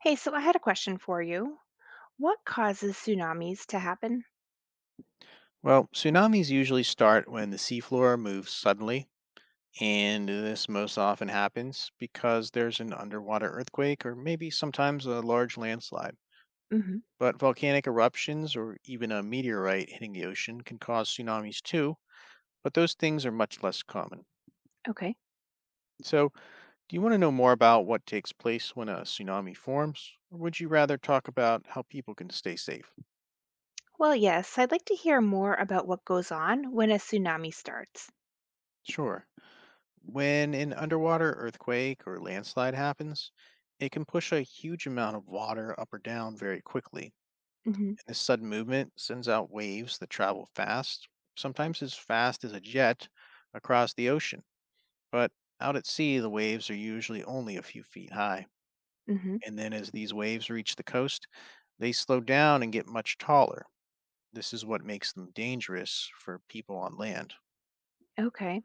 Hey, so I had a question for you. What causes tsunamis to happen? Well, tsunamis usually start when the seafloor moves suddenly, and this most often happens because there's an underwater earthquake or maybe sometimes a large landslide. Hmm. But volcanic eruptions or even a meteorite hitting the ocean can cause tsunamis too, but those things are much less common. Okay. So, do you want to know more about what takes place when a tsunami forms, or would you rather talk about how people can stay safe? Well, yes, I'd like to hear more about what goes on when a tsunami starts. Sure. When an underwater earthquake or landslide happens, it can push a huge amount of water up or down very quickly. Hmm. And this sudden movement sends out waves that travel fast, sometimes as fast as a jet, across the ocean. But out at sea, the waves are usually only a few feet high. Hmm. And then as these waves reach the coast, they slow down and get much taller. This is what makes them dangerous for people on land. Okay.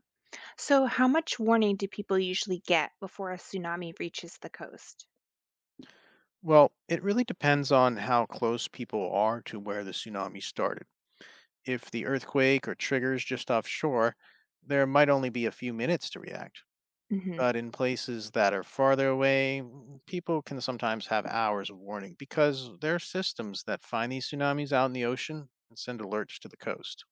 So, how much warning do people usually get before a tsunami reaches the coast? Well, it really depends on how close people are to where the tsunami started. If the earthquake or triggers just offshore, there might only be a few minutes to react. Hmm. But in places that are farther away, people can sometimes have hours of warning because there are systems that find these tsunamis out in the ocean and send alerts to the coast.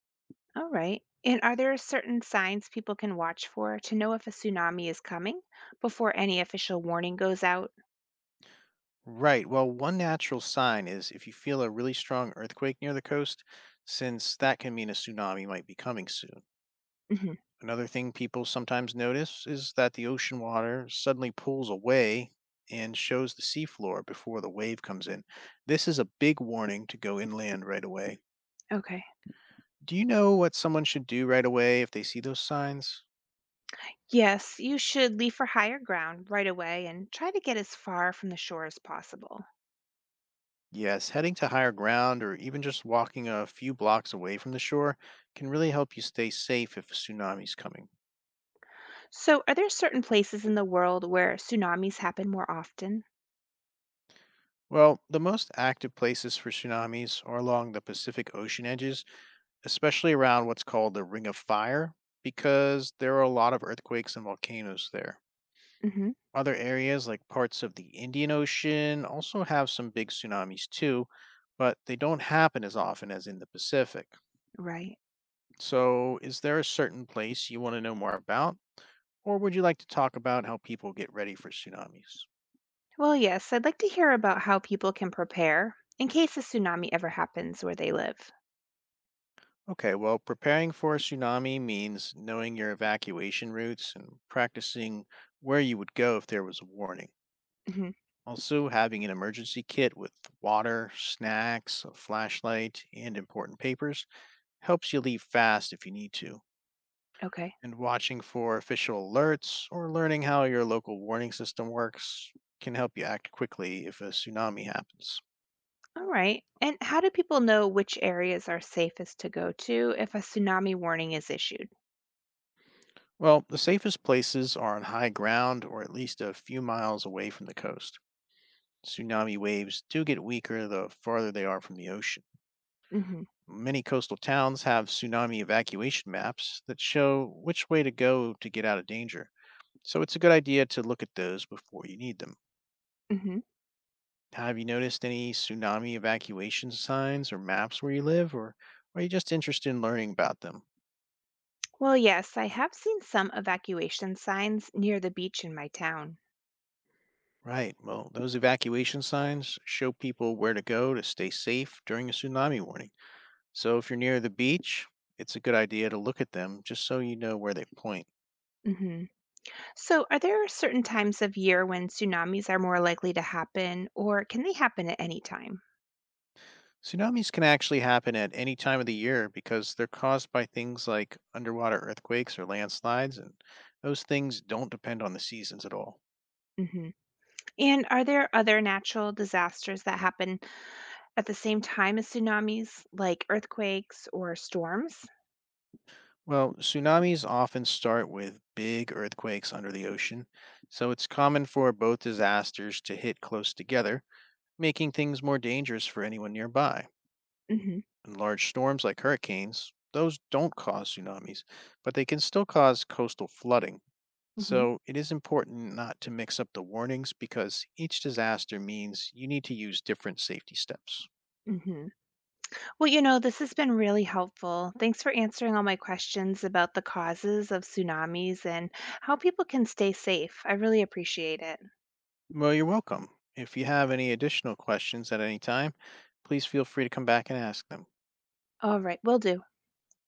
All right. And are there certain signs people can watch for to know if a tsunami is coming before any official warning goes out? Right. Well, one natural sign is if you feel a really strong earthquake near the coast, since that can mean a tsunami might be coming soon. Hmm. Another thing people sometimes notice is that the ocean water suddenly pulls away and shows the seafloor before the wave comes in. This is a big warning to go inland right away. Okay. Do you know what someone should do right away if they see those signs? Yes, you should leave for higher ground right away and try to get as far from the shore as possible. Yes, heading to higher ground or even just walking a few blocks away from the shore can really help you stay safe if a tsunami is coming. So, are there certain places in the world where tsunamis happen more often? Well, the most active places for tsunamis are along the Pacific Ocean edges especially around what's called the Ring of Fire, because there are a lot of earthquakes and volcanoes there. Hmm. Other areas, like parts of the Indian Ocean, also have some big tsunamis too, but they don't happen as often as in the Pacific. Right. So, is there a certain place you want to know more about, or would you like to talk about how people get ready for tsunamis? Well, yes, I'd like to hear about how people can prepare in case a tsunami ever happens where they live. Okay, well, preparing for a tsunami means knowing your evacuation routes and practicing where you would go if there was a warning. Hmm. Also, having an emergency kit with water, snacks, a flashlight, and important papers helps you leave fast if you need to. Okay. And watching for official alerts or learning how your local warning system works can help you act quickly if a tsunami happens. All right. And how do people know which areas are safest to go to if a tsunami warning is issued? Well, the safest places are on high ground or at least a few miles away from the coast. Tsunami waves do get weaker the farther they are from the ocean. Hmm. Many coastal towns have tsunami evacuation maps that show which way to go to get out of danger. So it's a good idea to look at those before you need them. Hmm. Have you noticed any tsunami evacuation signs or maps where you live, or are you just interested in learning about them? Well, yes, I have seen some evacuation signs near the beach in my town. Right, well, those evacuation signs show people where to go to stay safe during a tsunami warning. So if you're near the beach, it's a good idea to look at them just so you know where they point. Hmm. So, are there certain times of year when tsunamis are more likely to happen, or can they happen at any time? Tsunamis can actually happen at any time of the year because they're caused by things like underwater earthquakes or landslides, and those things don't depend on the seasons at all. Hmm. And are there other natural disasters that happen at the same time as tsunamis, like earthquakes or storms? Well, tsunamis often start with big earthquakes under the ocean, so it's common for both disasters to hit close together, making things more dangerous for anyone nearby. Hmm. And large storms like hurricanes, those don't cause tsunamis, but they can still cause coastal flooding. Hmm. So it is important not to mix up the warnings because each disaster means you need to use different safety steps. Hmm. Well, this has been really helpful. Thanks for answering all my questions about the causes of tsunamis and how people can stay safe. I really appreciate it. Well, you're welcome. If you have any additional questions at any time, please feel free to come back and ask them. All right, will do.